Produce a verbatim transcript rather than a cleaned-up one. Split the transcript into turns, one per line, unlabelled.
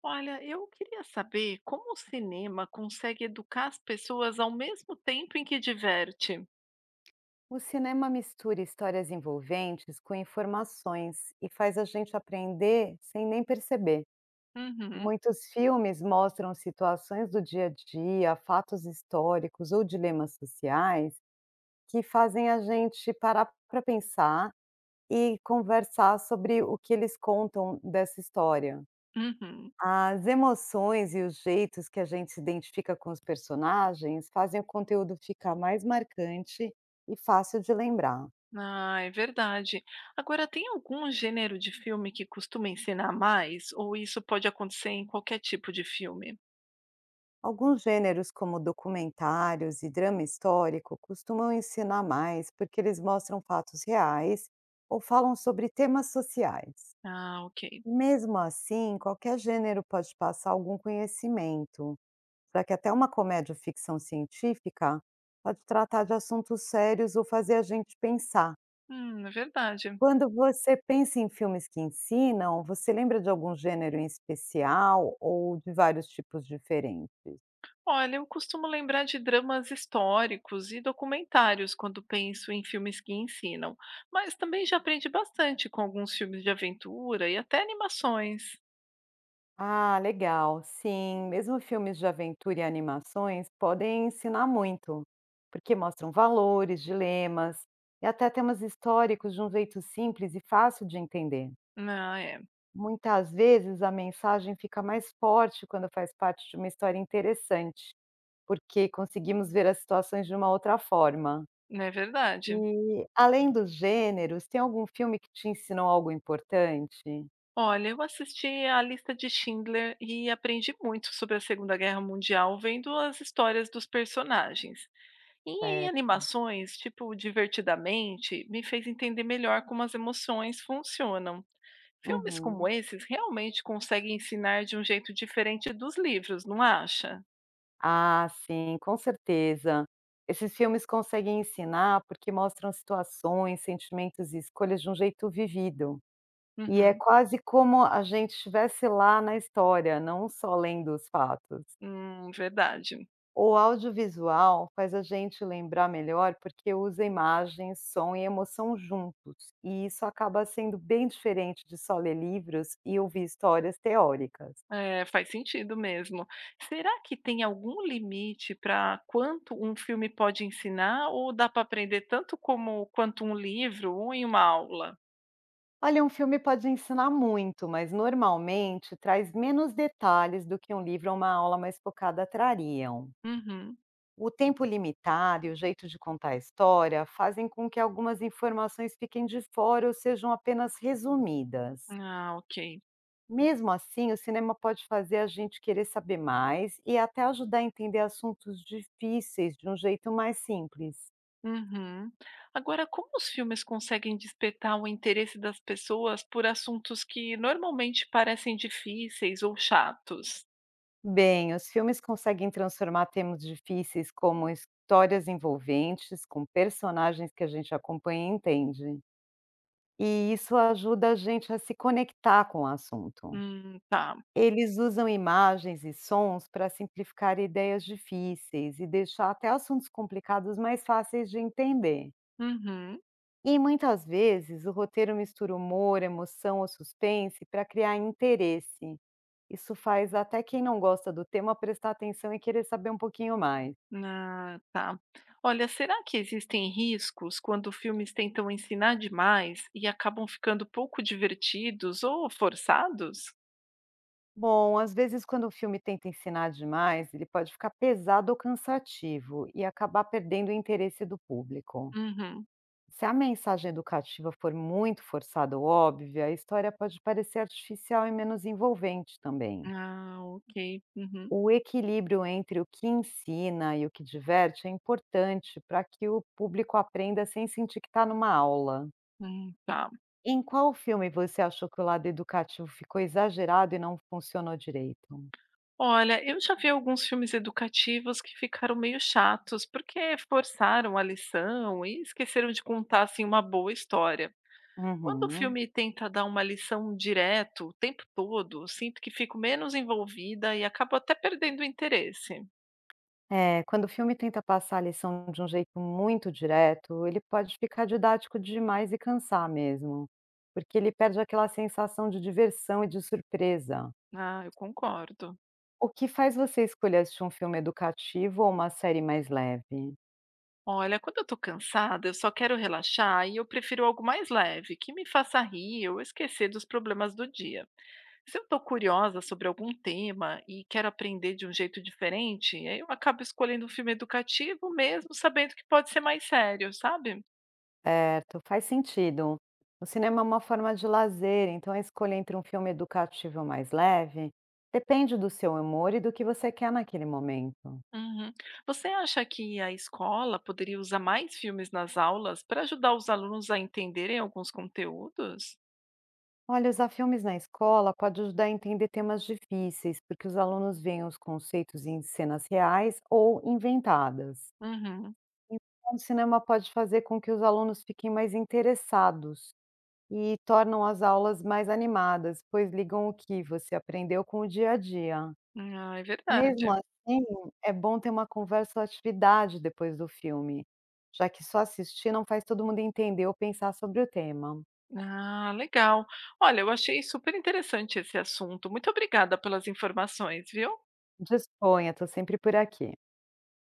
Olha, eu queria saber como o cinema consegue educar as pessoas ao mesmo tempo em que diverte.
O cinema mistura histórias envolventes com informações e faz a gente aprender sem nem perceber.
Uhum,
Muitos filmes mostram situações do dia a dia, fatos históricos ou dilemas sociais que fazem a gente parar para pensar e conversar sobre o que eles contam dessa história.
uhum.
As emoções e os jeitos que a gente se identifica com os personagens fazem o conteúdo ficar mais marcante e fácil de lembrar.
Ah, é verdade. Agora, tem algum gênero de filme que costuma ensinar mais? Ou isso pode acontecer em qualquer tipo de filme?
Alguns gêneros, como documentários e drama histórico, costumam ensinar mais porque eles mostram fatos reais ou falam sobre temas sociais.
Ah, ok.
Mesmo assim, qualquer gênero pode passar algum conhecimento, já que até uma comédia ou ficção científica pode tratar de assuntos sérios ou fazer a gente pensar.
Hum, é verdade.
Quando você pensa em filmes que ensinam, você lembra de algum gênero em especial ou de vários tipos diferentes?
Olha, eu costumo lembrar de dramas históricos e documentários quando penso em filmes que ensinam, mas também já aprendi bastante com alguns filmes de aventura e até animações.
Ah, legal. Sim, mesmo filmes de aventura e animações podem ensinar muito, porque mostram valores, dilemas e até temas históricos de um jeito simples e fácil de entender.
Ah, é.
Muitas vezes a mensagem fica mais forte quando faz parte de uma história interessante, porque conseguimos ver as situações de uma outra forma.
É verdade.
E além dos gêneros, tem algum filme que te ensinou algo importante?
Olha, eu assisti A Lista de Schindler e aprendi muito sobre a Segunda Guerra Mundial vendo as histórias dos personagens. E em
Certo.
animações, tipo Divertidamente, me fez entender melhor como as emoções funcionam. Filmes como
Uhum.
esses realmente conseguem ensinar de um jeito diferente dos livros, não acha?
Ah, sim, com certeza. Esses filmes conseguem ensinar porque mostram situações, sentimentos e escolhas de um jeito vivido. E é
Uhum.
quase como a gente estivesse lá na história, não só lendo os fatos.
Hum, verdade.
O audiovisual faz a gente lembrar melhor porque usa imagem, som e emoção juntos. E isso acaba sendo bem diferente de só ler livros e ouvir histórias teóricas.
É, faz sentido mesmo. Será que tem algum limite para quanto um filme pode ensinar ou dá para aprender tanto como quanto um livro ou em uma aula?
Olha, um filme pode ensinar muito, mas normalmente traz menos detalhes do que um livro ou uma aula mais focada trariam.
Uhum.
O tempo limitado e o jeito de contar a história fazem com que algumas informações fiquem de fora ou sejam apenas resumidas.
Ah, ok.
Mesmo assim, o cinema pode fazer a gente querer saber mais e até ajudar a entender assuntos difíceis de um jeito mais simples.
Uhum. Agora, como os filmes conseguem despertar o interesse das pessoas por assuntos que normalmente parecem difíceis ou chatos?
Bem, os filmes conseguem transformar temas difíceis como histórias envolventes, com personagens que a gente acompanha e entende. E isso ajuda a gente a se conectar com o assunto.
Hum, tá.
Eles usam imagens e sons para simplificar ideias difíceis e deixar até assuntos complicados mais fáceis de entender.
Uhum.
E muitas vezes o roteiro mistura humor, emoção ou suspense para criar interesse. Isso faz até quem não gosta do tema prestar atenção e querer saber um pouquinho mais.
Ah, tá. Olha, será que existem riscos quando filmes tentam ensinar demais e acabam ficando pouco divertidos ou forçados?
Bom, às vezes quando o filme tenta ensinar demais, ele pode ficar pesado ou cansativo e acabar perdendo o interesse do público.
Uhum.
Se a mensagem educativa for muito forçada ou óbvia, a história pode parecer artificial e menos envolvente também.
Ah, ok. Uhum.
O equilíbrio entre o que ensina e o que diverte é importante para que o público aprenda sem sentir que está numa aula.
Hum, tá.
Em qual filme você achou que o lado educativo ficou exagerado e não funcionou direito?
Olha, eu já vi alguns filmes educativos que ficaram meio chatos porque forçaram a lição e esqueceram de contar assim uma boa história. Quando o
Uhum.
filme tenta dar uma lição direto o tempo todo, eu sinto que fico menos envolvida e acabo até perdendo o interesse.
É, quando o filme tenta passar a lição de um jeito muito direto, ele pode ficar didático demais e cansar mesmo, porque ele perde aquela sensação de diversão e de surpresa.
Ah, eu concordo.
O que faz você escolher assistir um filme educativo ou uma série mais leve?
Olha, quando eu tô cansada, eu só quero relaxar e eu prefiro algo mais leve, que me faça rir ou esquecer dos problemas do dia. Se eu tô curiosa sobre algum tema e quero aprender de um jeito diferente, aí eu acabo escolhendo um filme educativo mesmo sabendo que pode ser mais sério, sabe?
Certo, faz sentido. O cinema é uma forma de lazer, então a escolha entre um filme educativo ou mais leve depende do seu humor e do que você quer naquele momento.
Uhum. Você acha que a escola poderia usar mais filmes nas aulas para ajudar os alunos a entenderem alguns conteúdos?
Olha, usar filmes na escola pode ajudar a entender temas difíceis, porque os alunos veem os conceitos em cenas reais ou inventadas.
Uhum.
Então, o cinema pode fazer com que os alunos fiquem mais interessados e tornam as aulas mais animadas, pois ligam o que você aprendeu com o dia a dia.
Ah, é
Mesmo
verdade.
assim, é bom ter uma conversa ou atividade depois do filme, já que só assistir não faz todo mundo entender ou pensar sobre o tema.
Ah, legal. Olha, eu achei super interessante esse assunto. Muito obrigada pelas informações, viu?
Disponha, estou sempre por aqui.